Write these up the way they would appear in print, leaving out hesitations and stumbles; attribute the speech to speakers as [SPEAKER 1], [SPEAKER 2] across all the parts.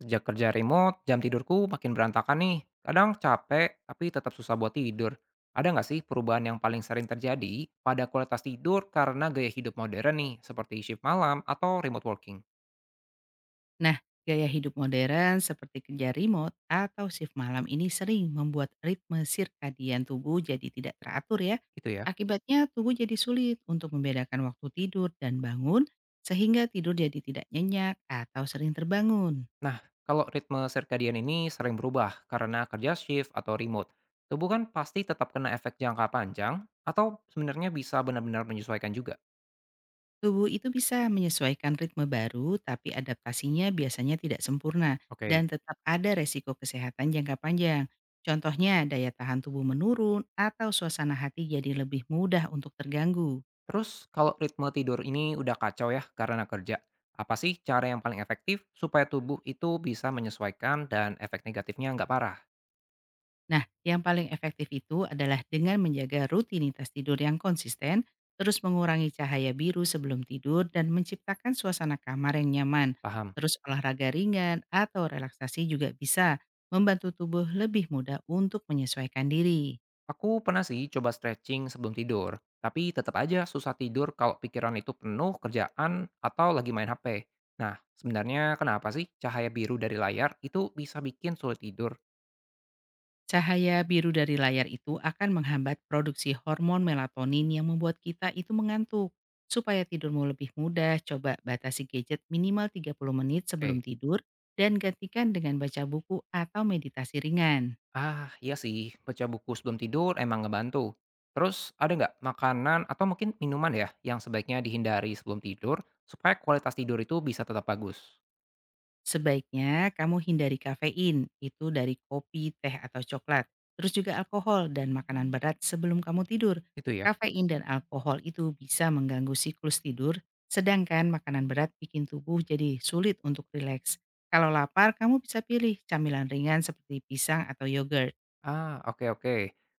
[SPEAKER 1] Sejak kerja remote, jam tidurku makin berantakan nih. Kadang capek, tapi tetap susah buat tidur. Ada nggak sih perubahan yang paling sering terjadi pada kualitas tidur karena gaya hidup modern nih, seperti shift malam atau remote working?
[SPEAKER 2] Nah, gaya hidup modern seperti kerja remote atau shift malam ini sering membuat ritme sirkadian tubuh jadi tidak teratur ya.
[SPEAKER 1] Gitu ya.
[SPEAKER 2] Akibatnya tubuh jadi sulit untuk membedakan waktu tidur dan bangun sehingga tidur jadi tidak nyenyak atau sering terbangun.
[SPEAKER 1] Nah, kalau ritme circadian ini sering berubah karena kerja shift atau remote, tubuh kan pasti tetap kena efek jangka panjang atau sebenarnya bisa benar-benar menyesuaikan juga.
[SPEAKER 2] Tubuh itu bisa menyesuaikan ritme baru tapi adaptasinya biasanya tidak sempurna dan
[SPEAKER 1] Oke.
[SPEAKER 2] tetap ada resiko kesehatan jangka panjang. Contohnya daya tahan tubuh menurun atau suasana hati jadi lebih mudah untuk terganggu.
[SPEAKER 1] Terus kalau ritme tidur ini udah kacau ya karena kerja, apa sih cara yang paling efektif supaya tubuh itu bisa menyesuaikan dan efek negatifnya nggak parah?
[SPEAKER 2] Nah, yang paling efektif itu adalah dengan menjaga rutinitas tidur yang konsisten, terus mengurangi cahaya biru sebelum tidur dan menciptakan suasana kamar yang nyaman.
[SPEAKER 1] Paham.
[SPEAKER 2] Terus olahraga ringan atau relaksasi juga bisa membantu tubuh lebih mudah untuk menyesuaikan diri.
[SPEAKER 1] Aku pernah sih coba stretching sebelum tidur, tapi tetap aja susah tidur kalau pikiran itu penuh kerjaan atau lagi main HP. Nah, sebenarnya kenapa sih cahaya biru dari layar itu bisa bikin sulit tidur?
[SPEAKER 2] Cahaya biru dari layar itu akan menghambat produksi hormon melatonin yang membuat kita itu mengantuk. Supaya tidurmu lebih mudah, coba batasi gadget minimal 30 menit sebelum
[SPEAKER 1] Eh,
[SPEAKER 2] tidur dan gantikan dengan baca buku atau meditasi ringan.
[SPEAKER 1] Ah, iya sih, baca buku sebelum tidur emang ngebantu. Terus ada nggak makanan atau mungkin minuman ya yang sebaiknya dihindari sebelum tidur supaya kualitas tidur itu bisa tetap bagus?
[SPEAKER 2] Sebaiknya kamu hindari kafein, itu dari kopi, teh, atau coklat. Terus juga alkohol dan makanan berat sebelum kamu tidur.
[SPEAKER 1] Itu ya?
[SPEAKER 2] Kafein dan alkohol itu bisa mengganggu siklus tidur, sedangkan makanan berat bikin tubuh jadi sulit untuk rileks. Kalau lapar, kamu bisa pilih camilan ringan seperti pisang atau yogurt.
[SPEAKER 1] Ah, oke oke.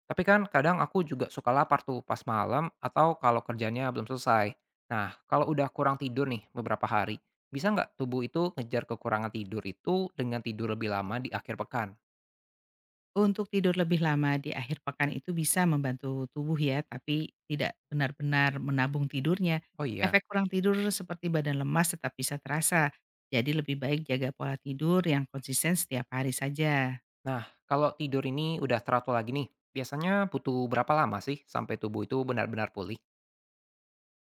[SPEAKER 1] Tapi kan kadang aku juga suka lapar tuh pas malam atau kalau kerjanya belum selesai. Nah, kalau udah kurang tidur nih beberapa hari, bisa nggak tubuh itu ngejar kekurangan tidur itu dengan tidur lebih lama di akhir pekan?
[SPEAKER 2] Untuk tidur lebih lama di akhir pekan itu bisa membantu tubuh ya, tapi tidak benar-benar menabung tidurnya.
[SPEAKER 1] Oh iya.
[SPEAKER 2] Efek kurang tidur seperti badan lemas tetap bisa terasa. Jadi lebih baik jaga pola tidur yang konsisten setiap hari saja.
[SPEAKER 1] Nah, kalau tidur ini udah teratur lagi nih, biasanya butuh berapa lama sih sampai tubuh itu benar-benar pulih?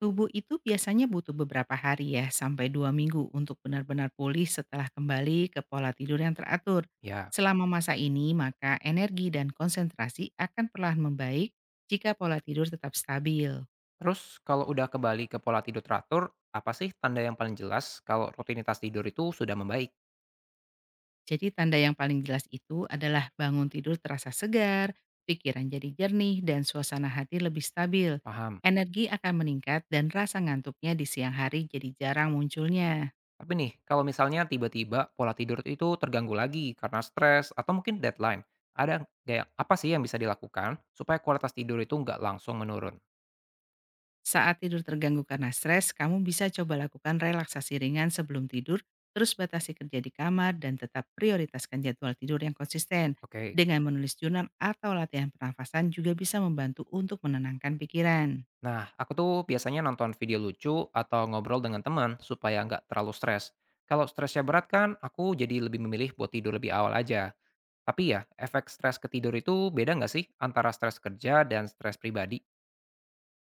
[SPEAKER 2] Tubuh itu biasanya butuh beberapa hari ya, sampai 2 minggu untuk benar-benar pulih setelah kembali ke pola tidur yang teratur.
[SPEAKER 1] Ya,
[SPEAKER 2] Selama masa ini, maka energi dan konsentrasi akan perlahan membaik jika pola tidur tetap stabil.
[SPEAKER 1] terus kalau udah kembali ke pola tidur teratur, apa sih tanda yang paling jelas kalau rutinitas tidur itu sudah membaik?
[SPEAKER 2] Jadi tanda yang paling jelas itu adalah bangun tidur terasa segar, pikiran jadi jernih, dan suasana hati lebih stabil.
[SPEAKER 1] Paham.
[SPEAKER 2] Energi akan meningkat dan rasa ngantuknya di siang hari jadi jarang munculnya.
[SPEAKER 1] Tapi nih, kalau misalnya tiba-tiba pola tidur itu terganggu lagi karena stres atau mungkin deadline, ada kayak apa sih yang bisa dilakukan supaya kualitas tidur itu nggak langsung menurun?
[SPEAKER 2] Saat tidur terganggu karena stres, kamu bisa coba lakukan relaksasi ringan sebelum tidur, terus batasi kerja di kamar, dan tetap prioritaskan jadwal tidur yang konsisten.
[SPEAKER 1] Oke.
[SPEAKER 2] Dengan menulis jurnal atau latihan pernafasan juga bisa membantu untuk menenangkan pikiran.
[SPEAKER 1] Nah, aku tuh biasanya nonton video lucu atau ngobrol dengan teman supaya nggak terlalu stres. Kalau stresnya berat kan, aku jadi lebih memilih buat tidur lebih awal aja. Tapi ya, efek stres ke tidur itu beda nggak sih antara stres kerja dan stres pribadi?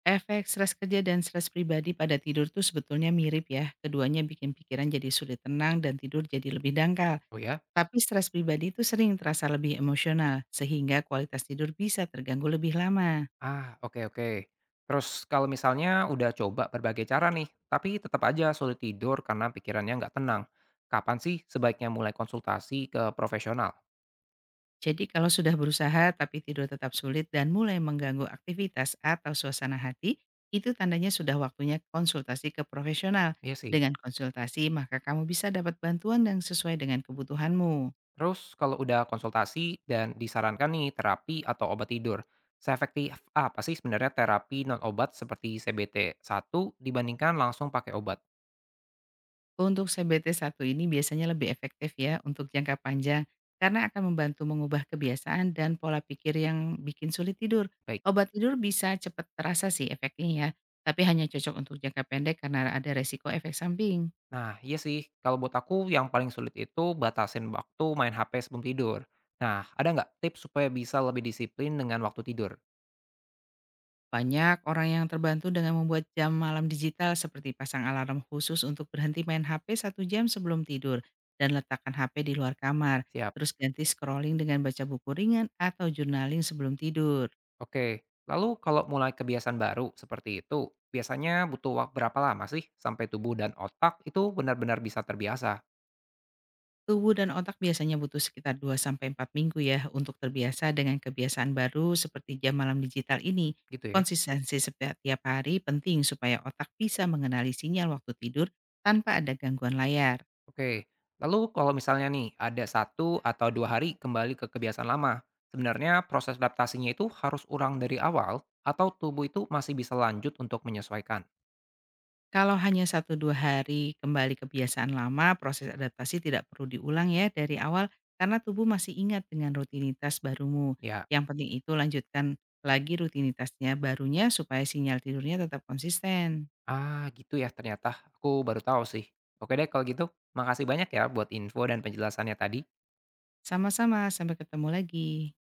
[SPEAKER 2] Efek stres kerja dan stres pribadi pada tidur tuh sebetulnya mirip ya. Keduanya bikin pikiran jadi sulit tenang dan tidur jadi lebih dangkal.
[SPEAKER 1] Oh ya?
[SPEAKER 2] Tapi stres pribadi itu sering terasa lebih emosional, sehingga kualitas tidur bisa terganggu lebih lama.
[SPEAKER 1] Ah, oke oke. Terus kalau misalnya udah coba berbagai cara nih, tapi tetap aja sulit tidur karena pikirannya nggak tenang. Kapan sih sebaiknya mulai konsultasi ke profesional?
[SPEAKER 2] Jadi kalau sudah berusaha tapi tidur tetap sulit dan mulai mengganggu aktivitas atau suasana hati, itu tandanya sudah waktunya konsultasi ke profesional.
[SPEAKER 1] Iya sih.
[SPEAKER 2] Dengan konsultasi, maka kamu bisa dapat bantuan yang sesuai dengan kebutuhanmu.
[SPEAKER 1] Terus kalau udah konsultasi dan disarankan nih terapi atau obat tidur, seefektif apa sih sebenarnya terapi non obat seperti CBT satu dibandingkan langsung pakai obat?
[SPEAKER 2] Untuk CBT-I ini biasanya lebih efektif ya untuk jangka panjang karena akan membantu mengubah kebiasaan dan pola pikir yang bikin sulit tidur.
[SPEAKER 1] Baik.
[SPEAKER 2] Obat tidur bisa cepat terasa sih efeknya ya, tapi hanya cocok untuk jangka pendek karena ada resiko efek samping.
[SPEAKER 1] Nah, iya sih, kalau buat aku yang paling sulit itu batasin waktu main HP sebelum tidur. Nah, ada nggak tips supaya bisa lebih disiplin dengan waktu tidur?
[SPEAKER 2] Banyak orang yang terbantu dengan membuat jam malam digital seperti pasang alarm khusus untuk berhenti main HP 1 jam sebelum tidur dan letakkan HP di luar kamar.
[SPEAKER 1] Siap.
[SPEAKER 2] Terus ganti scrolling dengan baca buku ringan atau journaling sebelum tidur.
[SPEAKER 1] Oke. Lalu kalau mulai kebiasaan baru seperti itu, biasanya butuh waktu berapa lama sih sampai tubuh dan otak itu benar-benar bisa terbiasa?
[SPEAKER 2] Tubuh dan otak biasanya butuh sekitar 2 sampai 4 minggu ya untuk terbiasa dengan kebiasaan baru seperti jam malam digital ini.
[SPEAKER 1] Gitu ya.
[SPEAKER 2] Konsistensi setiap tiap hari penting supaya otak bisa mengenali sinyal waktu tidur tanpa ada gangguan layar.
[SPEAKER 1] Oke, lalu kalau misalnya nih ada satu atau 2 hari kembali ke kebiasaan lama, sebenarnya proses adaptasinya itu harus ulang dari awal atau tubuh itu masih bisa lanjut untuk menyesuaikan?
[SPEAKER 2] Kalau hanya satu dua hari kembali kebiasaan lama, proses adaptasi tidak perlu diulang ya dari awal karena tubuh masih ingat dengan rutinitas barumu.
[SPEAKER 1] Ya,
[SPEAKER 2] Yang penting itu lanjutkan lagi rutinitasnya barunya supaya sinyal tidurnya tetap konsisten.
[SPEAKER 1] ah gitu ya ternyata, aku baru tahu sih. Oke deh kalau gitu, makasih banyak ya buat info dan penjelasannya tadi.
[SPEAKER 2] Sama-sama, sampai ketemu lagi.